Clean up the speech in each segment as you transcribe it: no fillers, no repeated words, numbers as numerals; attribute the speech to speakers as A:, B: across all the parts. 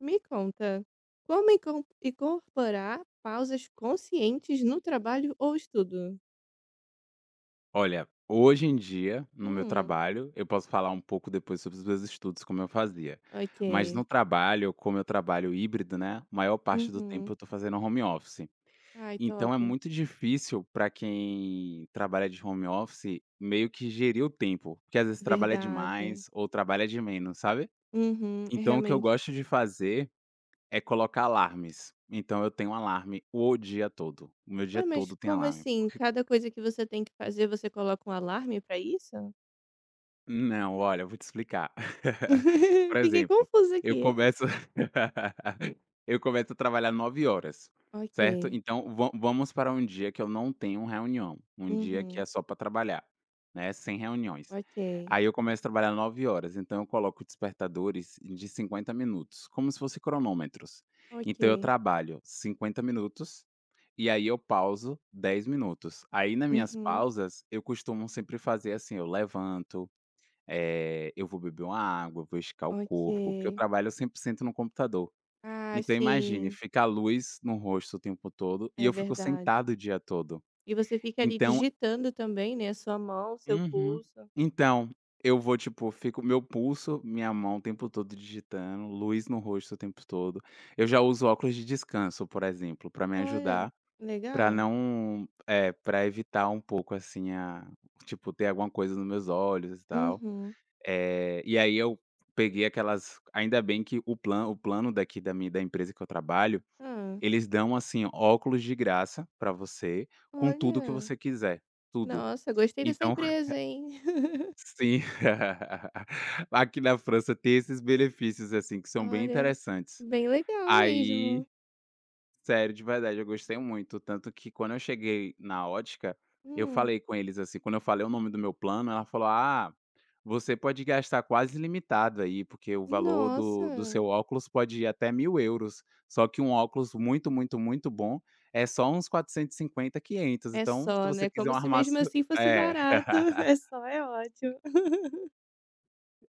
A: Me conta, como incorporar pausas conscientes no trabalho ou estudo?
B: Olha, hoje em dia, no meu
A: Hum,
B: trabalho, eu posso falar um pouco depois sobre os meus estudos, como eu fazia. Mas
A: ok.
B: no trabalho, como eu trabalho híbrido, né? Maior parte do tempo
A: Uhum.
B: eu tô fazendo home office.
A: Ai,
B: Então
A: top.
B: é muito difícil para quem trabalha de home office meio que gerir o tempo, porque às vezes trabalha
A: Verdade.
B: demais ou trabalha de menos, sabe?
A: Uhum, é
B: Então o que eu
A: realmente.
B: gosto de fazer é colocar alarmes. Então eu tenho um alarme o dia todo. O meu dia
A: Ué, mas
B: todo tem
A: como
B: alarme.
A: assim? Cada coisa que você tem que fazer, você coloca um alarme pra isso?
B: Não, olha, eu vou te explicar. Por
A: Fiquei
B: exemplo,
A: confusa
B: eu
A: aqui.
B: começo eu começo a trabalhar 9 horas,
A: Ok.
B: certo? Então va vamos para um dia que eu não tenho reunião, um dia que
A: Uhum.
B: é só para trabalhar, né, sem reuniões.
A: Ok.
B: Aí eu começo a trabalhar 9 horas. Então eu coloco despertadores de 50 minutos, como se fosse cronômetros. Então eu
A: Ok.
B: trabalho 50 minutos, e aí eu pauso 10 minutos. Aí nas minhas
A: Uhum.
B: pausas, eu costumo sempre fazer assim: eu levanto, eu vou beber uma água, vou esticar o
A: Ok.
B: corpo, porque eu trabalho 100% no computador.
A: Ah,
B: Então imagine,
A: sim.
B: fica a luz no rosto o tempo todo e
A: É
B: eu fico
A: verdade.
B: sentado o dia todo.
A: E você fica ali
B: Então
A: digitando também, né, sua mão, seu
B: Uhum.
A: pulso.
B: Então, eu vou, tipo, fico meu pulso, minha mão o tempo todo digitando, luz no rosto o tempo todo. Eu já uso óculos de descanso, por exemplo, pra me
A: Olha,
B: ajudar, pra
A: legal.
B: não pra evitar um pouco, assim, a tipo, ter alguma coisa nos meus olhos e tal.
A: Uhum.
B: E aí eu peguei aquelas ainda bem que o plan o plano daqui da minha da empresa que eu trabalho,
A: Ah,
B: eles dão, assim, óculos de graça pra você, com tudo que
A: Olha,
B: você quiser, tudo.
A: nossa, gostei dessa
B: Então
A: empresa, hein.
B: sim. Aqui na França tem esses benefícios, assim, que são bem
A: Olha,
B: interessantes.
A: bem legal
B: Aí
A: mesmo.
B: sério, de verdade, eu gostei muito, tanto que quando eu cheguei na ótica, eu
A: Hum.
B: falei com eles, assim, quando eu falei o nome do meu plano, ela falou: "Ah, você pode gastar quase ilimitado aí, porque o valor do
A: Nossa,
B: seu óculos pode ir até 1.000 euros, só que um óculos muito, muito, muito bom é só uns 450, quinhentos,
A: é
B: então se
A: só,
B: você
A: né,
B: quiser
A: como
B: um
A: se mesmo
B: armação".
A: assim fosse
B: É.
A: barato. É só, é ótimo.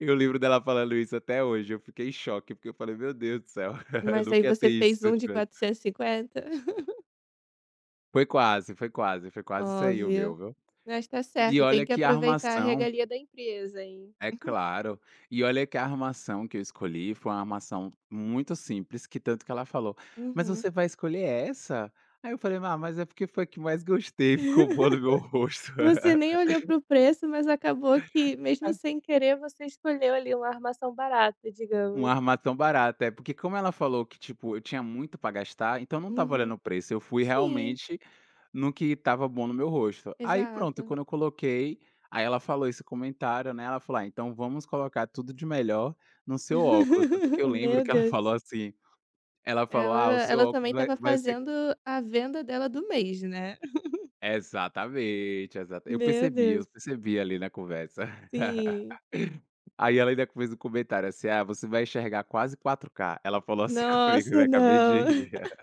B: E o livro dela falando isso até hoje, eu fiquei em choque, porque eu falei: "Meu Deus do céu, eu
A: Mas aí
B: nunca ia ter
A: você
B: isso
A: fez
B: se eu
A: um de
B: tivesse".
A: 450.
B: Foi quase, foi quase, foi quase isso aí o
A: Óbvio.
B: meu, viu.
A: Mas tá
B: E
A: certo, tem
B: olha
A: que
B: que a
A: aproveitar a
B: armação
A: regalia da empresa, hein.
B: é claro. E olha que a armação que eu escolhi foi uma armação muito simples, que tanto que ela falou: "Mas
A: Uhum.
B: você vai escolher essa?" Aí eu falei: "Ah, mas é porque foi a que mais gostei, ficou boa no meu rosto".
A: Você nem olhou para o preço, mas acabou que, mesmo sem querer, você escolheu ali uma armação barata,
B: Uma
A: digamos.
B: armação barata, é porque como ela falou que, tipo, eu tinha muito pra gastar, então eu não estava
A: Uhum.
B: olhando o preço, eu fui
A: Sim,
B: realmente no que estava bom no meu rosto. Aí pronto,
A: exato.
B: quando eu coloquei, aí ela falou esse comentário, né, ela falou: "Ah, então vamos colocar tudo de melhor no seu óculos", tanto que eu lembro
A: Meu
B: que ela
A: Deus.
B: falou assim, ela falou:
A: Ela
B: "Ah, o seu
A: ela
B: óculos
A: também
B: vai
A: estava
B: vai ser
A: fazendo a venda dela do mês, né.
B: exatamente, exata eu
A: Meu
B: percebi,
A: Deus.
B: eu percebi ali na conversa.
A: Sim.
B: Aí ela ainda fez um comentário assim: "Ah, você vai enxergar quase 4K". Ela falou assim comigo, eu
A: Nossa,
B: acabei de
A: não.
B: rir.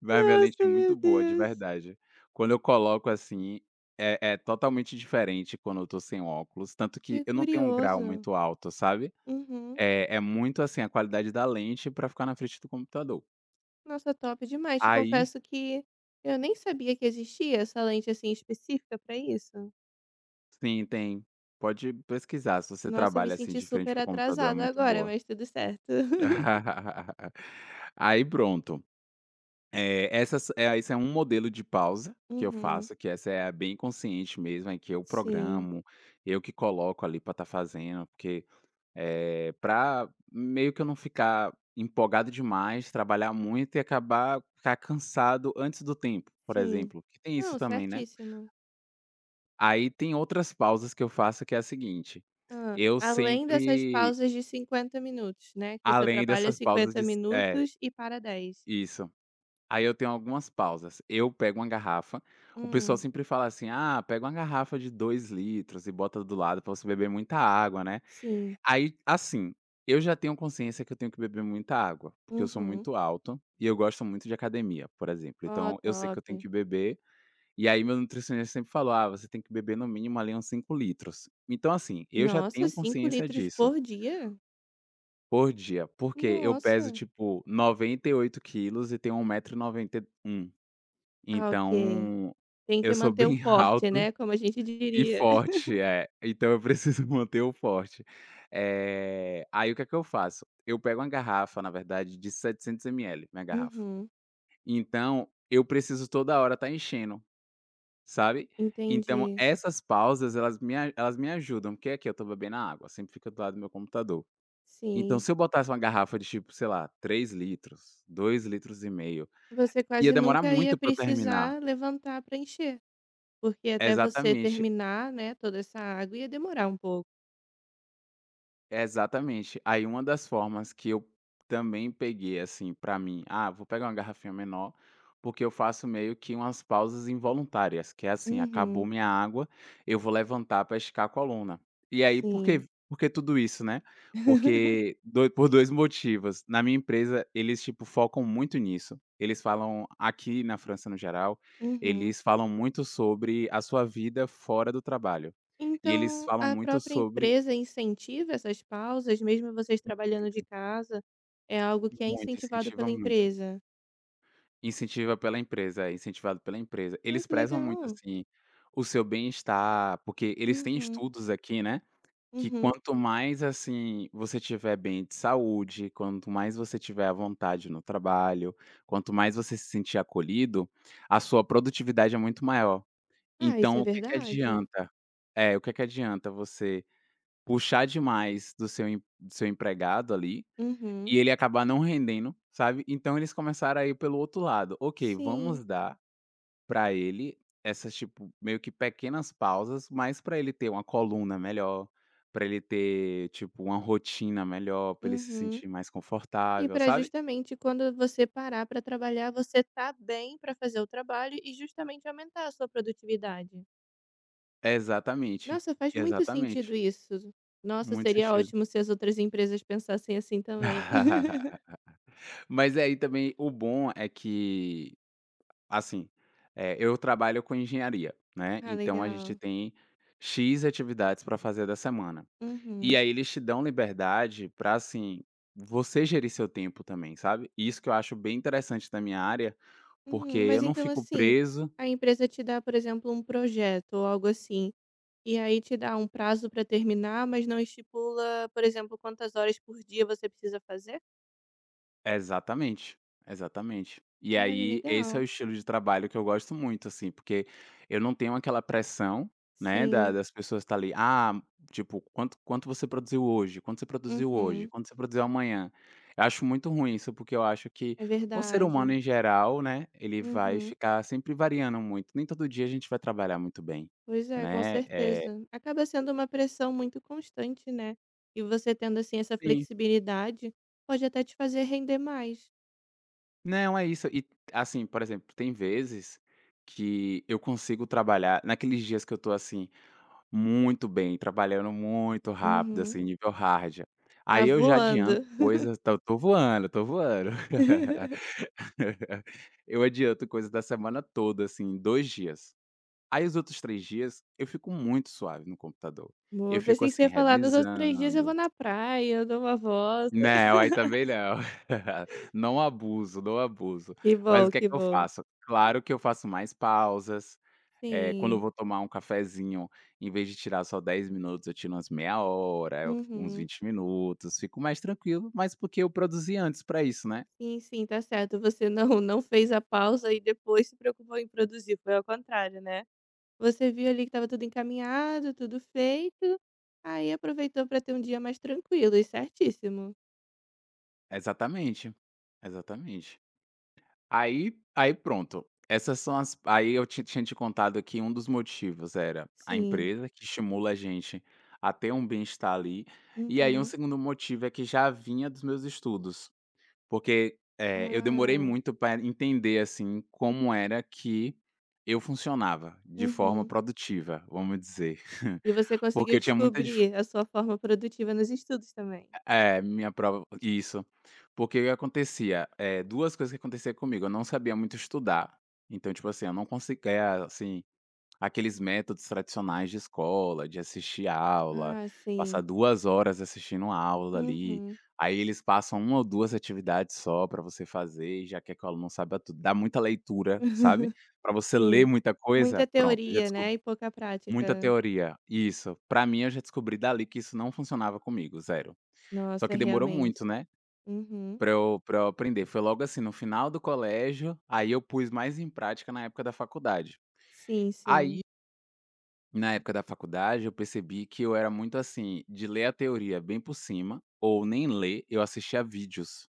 B: Mas minha lente é
A: Nossa,
B: muito
A: meu
B: boa, de
A: Deus.
B: verdade. Quando eu coloco assim, é totalmente diferente quando eu tô sem óculos, tanto
A: Que
B: que eu não tenho um grau
A: curioso.
B: muito alto, sabe.
A: Uhum.
B: É muito assim a qualidade da lente pra ficar na frente do computador.
A: Nossa, top demais. Te
B: Aí
A: confesso que eu nem sabia que existia essa lente, assim, específica para isso.
B: sim, tem. Pode pesquisar, se você
A: Nossa, eu me
B: trabalha assim
A: senti
B: de frente
A: super
B: para computador, é
A: atrasada
B: muito
A: agora,
B: boa.
A: mas tudo certo.
B: Aí pronto, esse é um modelo de pausa que eu
A: Uhum.
B: faço, que essa é a bem consciente mesmo, em que eu
A: Sim,
B: programo, eu que coloco ali para estar fazendo, porque pra meio que eu não ficar empolgado demais, trabalhar muito e acabar ficar cansado antes do tempo, por
A: sim.
B: exemplo, que tem isso
A: Não,
B: também, né.
A: certíssimo.
B: Aí tem outras pausas que eu faço que é a seguinte,
A: Hã.
B: eu
A: Além dessas
B: sempre,
A: pausas de 50 minutos, né, que você
B: além
A: trabalha
B: dessas pausas
A: 50
B: de é,
A: minutos e para 10.
B: isso. Aí eu tenho algumas pausas. Eu pego uma garrafa, o pessoal
A: Hum,
B: sempre fala assim: "Ah, pega uma garrafa de 2 litros e bota do lado pra você beber muita água, né".
A: sim.
B: Aí, assim, eu já tenho consciência que eu tenho que beber muita água, porque eu sou
A: Uhum.
B: muito alto e eu gosto muito de academia, por exemplo.
A: Ó,
B: Então eu sei que
A: top.
B: eu tenho que beber, e aí meu nutricionista sempre falou: "Ah, você tem que beber no mínimo ali uns 5 litros". Então, assim, eu já
A: Nossa,
B: tenho
A: 5
B: consciência
A: litros
B: disso
A: por dia?
B: por dia, porque eu peso
A: Nossa.
B: tipo 98 quilos e tenho 1,91 m.
A: Ah, ok.
B: Então,
A: Tem
B: eu
A: que
B: sou
A: manter o
B: bem
A: porte,
B: alto
A: né, como a gente
B: e
A: diria.
B: forte, é. Então eu preciso manter o forte. Aí o que é que eu faço? Eu pego uma garrafa, na verdade, de 700 ml, minha garrafa.
A: Uhum,
B: Então, eu preciso toda hora estar enchendo, sabe. Então
A: entendi.
B: essas pausas elas me ajudam, porque aqui eu estou bebendo água, sempre fica do lado do meu computador. Então
A: Sim.
B: se eu botasse uma garrafa de tipo, sei lá, 3 litros, 2,5 litros,
A: Você
B: ia
A: quase
B: demorar
A: nunca ia
B: muito pra eu terminar.
A: precisar levantar para encher, porque até você
B: Exatamente.
A: terminar, né, toda essa água ia demorar um pouco.
B: Exatamente. Aí uma das formas que eu também peguei, assim, pra mim: "Ah, vou pegar uma garrafinha menor", porque eu faço meio que umas pausas involuntárias, que é assim: acabou
A: Uhum,
B: minha água, eu vou levantar pra esticar a coluna. E aí
A: sim.
B: por que tudo isso, né? Porque doi por 2 motivos. Na minha empresa, eles, tipo, focam muito nisso. Eles falam aqui na França, no geral,
A: Uhum.
B: eles falam muito sobre a sua vida fora do trabalho. E eles
A: Então
B: falam
A: a
B: muito
A: própria
B: sobre
A: empresa incentiva essas pausas, mesmo vocês trabalhando de casa? É algo que é
B: muito,
A: incentivado
B: incentiva
A: pela
B: muito.
A: empresa?
B: Incentiva pela empresa, é incentivado pela empresa.
A: Ah,
B: Eles
A: que
B: prezam muito,
A: legal.
B: assim, o seu bem-estar, porque eles têm
A: Uhum,
B: estudos aqui, né, que
A: uhum.
B: quanto mais, assim, você tiver bem de saúde, quanto mais você tiver à vontade no trabalho, quanto mais você se sentir acolhido, a sua produtividade é muito maior.
A: Ah, isso
B: Então,
A: é
B: o que que
A: verdade.
B: adianta o que que adianta você puxar demais do seu empregado ali
A: Uhum,
B: e ele acabar não rendendo, sabe. Então eles começaram a ir pelo outro lado: ok,
A: sim.
B: vamos dar pra ele essas, tipo, meio que pequenas pausas, mas pra ele ter uma coluna melhor, pra ele ter, tipo, uma rotina melhor, pra ele se
A: Uhum.
B: sentir mais
A: E
B: confortável,
A: para
B: sabe.
A: justamente quando você parar para trabalhar, você tá bem para fazer o trabalho e justamente aumentar a sua produtividade.
B: Exatamente,
A: Nossa, faz muito sentido
B: exatamente,
A: isso. Nossa,
B: muito
A: seria
B: sentido.
A: ótimo se as outras empresas pensassem assim também.
B: Mas aí também o bom é que, assim, eu trabalho com engenharia, né,
A: Ah,
B: então a gente
A: legal.
B: tem X atividades para fazer da semana. E
A: Uhum.
B: aí eles te dão liberdade pra, assim, você gerir seu tempo também, sabe. E isso que eu acho bem interessante da minha área, porque
A: Mas
B: eu não
A: então
B: fico
A: assim,
B: preso
A: a empresa te dá, por exemplo, um projeto ou algo assim, e aí te dá um prazo para terminar, mas não estipula, por exemplo, quantas horas por dia você precisa fazer?
B: exatamente, exatamente. E
A: Olha,
B: aí, esse é o
A: legal.
B: estilo de trabalho que eu gosto muito, assim, porque eu não tenho aquela pressão, né, da
A: Sim.
B: das pessoas estar ali: "Ah, tipo, quanto você produziu hoje? Quanto você produziu hoje?
A: Uhum.
B: Quanto você produziu amanhã?". Eu acho muito ruim isso, porque eu acho que
A: É
B: o ser humano
A: verdade.
B: em geral, né, ele vai
A: Uhum.
B: ficar sempre variando muito, nem todo dia a gente vai trabalhar muito bem,
A: Pois é, com
B: né,
A: certeza. Acaba sendo uma pressão muito constante, né? E você tendo assim essa flexibilidade, pode até te fazer render mais.
B: não, é isso. E, assim, por exemplo, tem vezes que eu consigo trabalhar naqueles dias que eu tô, assim, muito bem, trabalhando muito rápido,
A: Uhum.
B: assim, nível hard.
A: Tá
B: Aí eu já adianto
A: voando.
B: coisas, tô voando, tô voando. Eu adianto coisas da semana toda, assim, em 2 dias. Aí os outros 3 dias eu fico muito suave no computador. Eu
A: Boa.
B: fico,
A: Pensei que você
B: assim,
A: ia falar, nos outros 3 dias eu vou
B: revisando,
A: na praia, eu dou uma volta.
B: não, aí também não. Não abuso, não abuso.
A: Que
B: Mas
A: bom,
B: o que é
A: que
B: que eu
A: bom.
B: faço? Claro que eu faço mais pausas, quando eu
A: Sim.
B: vou tomar um cafezinho, em vez de tirar só 10 minutos, eu tiro umas meia hora, eu uns
A: Uhum.
B: 20 minutos, fico mais tranquilo, mas porque eu produzi antes para isso, né.
A: Sim, sim, tá certo. Você não, não fez a pausa e depois se preocupou em produzir. Foi ao contrário, né? Você viu ali que estava tudo encaminhado, tudo feito, aí aproveitou para ter um dia mais tranquilo e certíssimo.
B: Exatamente, exatamente. Aí pronto, essas são as aí eu ti tinha te contado que um dos motivos era a
A: Sim.
B: empresa que estimula a gente a ter um bem-estar ali, e aí um
A: Uhum.
B: segundo motivo é que já vinha dos meus estudos, porque, eu demorei
A: Ah.
B: muito para entender, assim, como era que eu funcionava de forma
A: Uhum.
B: produtiva, vamos dizer.
A: E você conseguiu
B: Porque eu tinha muita
A: descobrir a sua forma produtiva nos estudos também?
B: minha prova isso. Porque o que acontecia? Duas coisas que acontecia comigo, eu não sabia muito estudar, então, tipo assim, eu não conseguia, assim, aqueles métodos tradicionais de escola, de assistir aula,
A: Ah,
B: passar
A: sim.
B: 2 horas assistindo a aula ali,
A: Uhum.
B: aí eles passam uma ou 2 atividades só pra você fazer e já quer que o aluno saiba tudo. Dá muita leitura, sabe, pra você ler
A: Sim.
B: muita
A: Muita
B: coisa, pronto, já
A: teoria, né,
B: descobri
A: e pouca
B: muita
A: prática.
B: teoria, isso. Pra mim, eu já descobri dali que isso não funcionava comigo, zero. Só
A: Nossa,
B: que demorou
A: realmente.
B: muito, né,
A: Uhum.
B: pra eu aprender. Foi logo assim, no final do colégio. Aí eu pus mais em prática na época da faculdade.
A: Sim,
B: Aí,
A: sim.
B: na época da faculdade, eu percebi que eu era muito assim, de ler a teoria bem por cima, ou nem ler, eu assistia vídeos,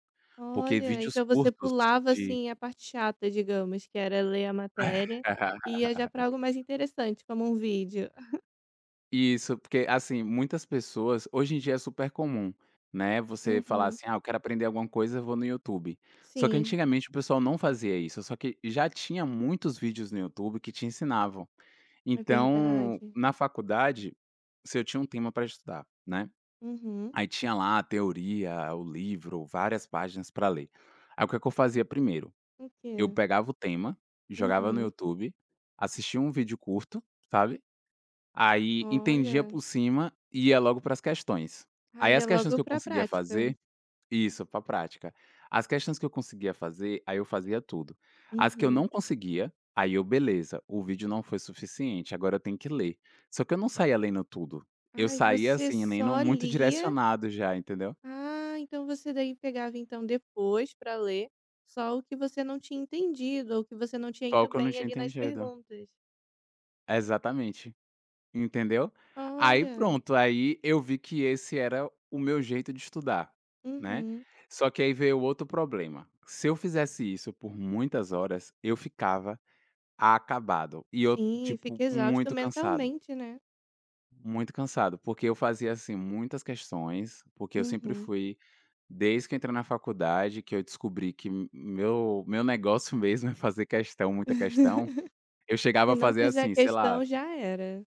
B: porque
A: Olha,
B: vídeos
A: então você
B: curtos
A: pulava,
B: de
A: assim, a parte chata, digamos, que era ler a matéria, e ia já para algo mais interessante, como um vídeo.
B: Isso, porque, assim, muitas pessoas hoje em dia é super comum, né, você falar
A: Uhum.
B: assim: "Ah, eu quero aprender alguma coisa, eu vou no YouTube". Só que
A: Sim,
B: antigamente o pessoal não fazia isso, só que já tinha muitos vídeos no YouTube que te ensinavam.
A: é
B: Então,
A: verdade.
B: na faculdade, se eu tinha um tema para estudar, né,
A: Uhum.
B: aí tinha lá a teoria, o livro, várias páginas para ler. Aí o que é que eu fazia primeiro?
A: O
B: Eu
A: quê?
B: pegava o tema, jogava no
A: Uhum.
B: YouTube, assistia um vídeo curto, sabe. Aí entendia
A: Olha.
B: por cima e ia logo para as questões.
A: Ah,
B: Aí as
A: ia
B: questões
A: logo
B: que eu
A: pra
B: conseguia
A: prática.
B: fazer, isso, para prática. As questões que eu conseguia fazer, aí eu fazia tudo. As que eu
A: Uhum.
B: não conseguia, aí eu, beleza, o vídeo não foi suficiente, agora eu tenho que ler. Só que eu não saía lendo tudo. Eu
A: Ai,
B: saía,
A: você
B: assim, lendo
A: só
B: muito
A: lia
B: direcionado já, entendeu.
A: ah, então você daí pegava, então, depois pra ler só o que você não tinha entendido ou que você não tinha
B: Só o
A: ido
B: que eu não
A: bem
B: tinha
A: ali nas
B: entendido.
A: perguntas.
B: Exatamente. Entendeu? Aí
A: Olha.
B: pronto, aí eu vi que esse era o meu jeito de estudar, né.
A: Uhum.
B: Só que aí veio outro problema, se eu fizesse isso por muitas horas, eu ficava acabado e eu,
A: Sim,
B: tipo,
A: fica exausto mentalmente, né.
B: muito cansado, porque eu fazia, assim, muitas questões, porque eu sempre
A: Uhum.
B: fui desde que eu entrei na faculdade, que eu descobri que m meu meu negócio mesmo é fazer questão, muita questão, eu chegava
A: Se
B: a
A: não
B: fazer,
A: fizer
B: assim, sei lá.
A: questão, já era.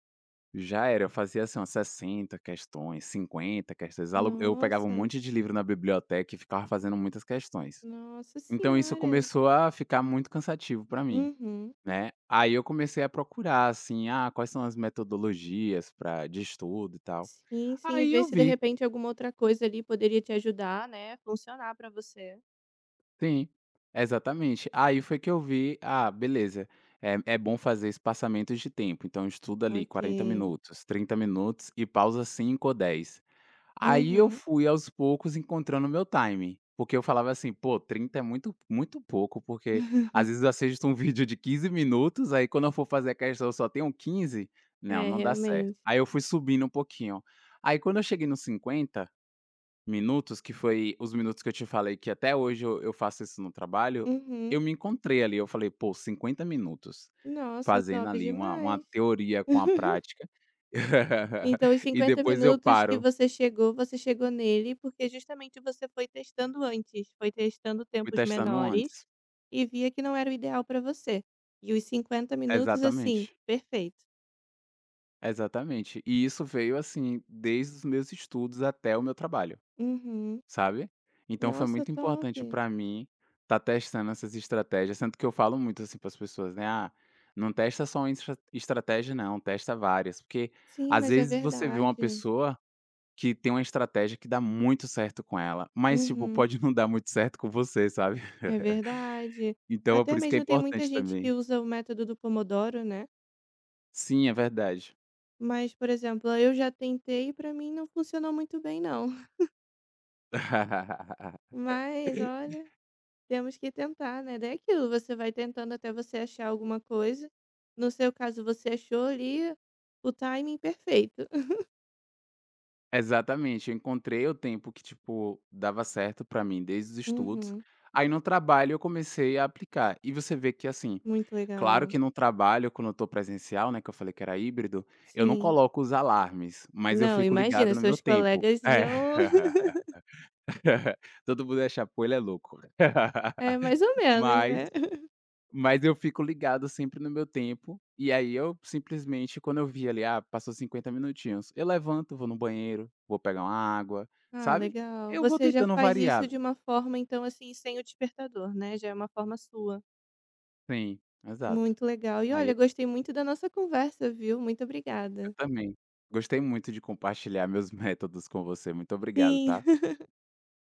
B: Já era, eu fazia assim umas 60 questões, 50 questões, alu eu pegava um
A: Nossa,
B: monte de livro na biblioteca e ficava fazendo muitas questões.
A: nossa
B: Então isso
A: senhora.
B: começou a ficar muito cansativo para mim,
A: Uhum.
B: né. Aí eu comecei a procurar assim, ah, quais são as metodologias para de estudo e tal.
A: Sim, sim,
B: Aí
A: ver
B: eu
A: se de
B: vi,
A: repente alguma outra coisa ali poderia te ajudar, né, funcionar pra você.
B: sim, exatamente. Aí foi que eu vi, ah, beleza, é bom fazer espaçamentos de tempo, então estuda ali
A: Ok.
B: 40 minutos, 30 minutos e pausa 5 ou 10. Aí eu
A: Uhum.
B: fui aos poucos encontrando o meu time, porque eu falava assim: "Pô, 30 é muito muito pouco", porque às vezes eu assisto um vídeo de 15 minutos, aí quando eu for fazer a questão eu só tenho 15, não,
A: É,
B: não dá certo.
A: realmente.
B: Aí eu fui subindo um pouquinho. Aí quando eu cheguei nos 50 minutos, que foi os minutos que eu te falei que até hoje eu faço isso no trabalho,
A: Uhum.
B: eu me encontrei ali, eu falei: "Pô, 50 minutos
A: Nossa,
B: fazendo
A: top
B: ali uma
A: demais.
B: teoria com a prática,
A: Então os
B: e
A: 50
B: depois eu
A: minutos que
B: paro".
A: você chegou nele porque justamente você foi testando antes, foi testando
B: Fui
A: tempos
B: testando
A: menores
B: antes.
A: e via que não era o ideal para você. E os 50 minutos, assim,
B: Exatamente,
A: perfeito.
B: exatamente. E isso veio, assim, desde os meus estudos até o meu trabalho,
A: Uhum.
B: sabe. Então foi
A: Nossa,
B: muito
A: top.
B: importante pra mim estar testando essas estratégias, sendo que eu falo muito, assim, para as pessoas, né: "Ah, não testa só uma estratégia não, testa várias", porque
A: Sim,
B: às
A: mas é
B: vezes você vê uma
A: verdade.
B: pessoa que tem uma estratégia que dá muito certo com ela, mas, tipo,
A: Uhum.
B: pode não dar muito certo com você, sabe.
A: É verdade.
B: Então é
A: Até
B: por isso que é
A: mesmo tem muita
B: importante
A: gente que
B: também.
A: usa o método do Pomodoro, né.
B: Sim, é verdade.
A: Mas, por exemplo, eu já tentei e para mim não funcionou muito bem não. Mas olha Temos que tentar, né, daí é aquilo, você vai tentando até você achar alguma coisa. No seu caso, você achou ali o timing perfeito.
B: Exatamente, eu encontrei o tempo que, tipo, dava certo pra mim desde os estudos,
A: Uhum,
B: aí no trabalho eu comecei a aplicar. E você vê que, assim,
A: muito
B: claro
A: legal.
B: que no trabalho quando eu estou presencial, né, que eu falei que era híbrido, eu não
A: Sim.
B: coloco os alarmes, mas eu
A: Não,
B: fico
A: imagina,
B: ligado no meu
A: seus
B: tempo.
A: colegas
B: É.
A: iam
B: Todo mundo acha achar: "Pô, ele é louco".
A: é, mais ou menos,
B: Mas
A: né.
B: mas eu fico ligado sempre no meu tempo, e aí eu simplesmente quando eu vi ali, ah, passou 50 minutinhos, eu levanto, vou no banheiro, vou pegar uma água,
A: Ah,
B: sabe.
A: legal.
B: Eu vou
A: Você já
B: tentando
A: faz isso
B: variar.
A: de uma forma, então, assim, sem o despertador, né, já é uma forma sua.
B: Sim, exato.
A: Muito legal. E olha,
B: Aí
A: gostei muito da nossa conversa, viu. Muito obrigada.
B: eu também. Gostei muito de compartilhar meus métodos com você, muito obrigado, tá.
A: Sim.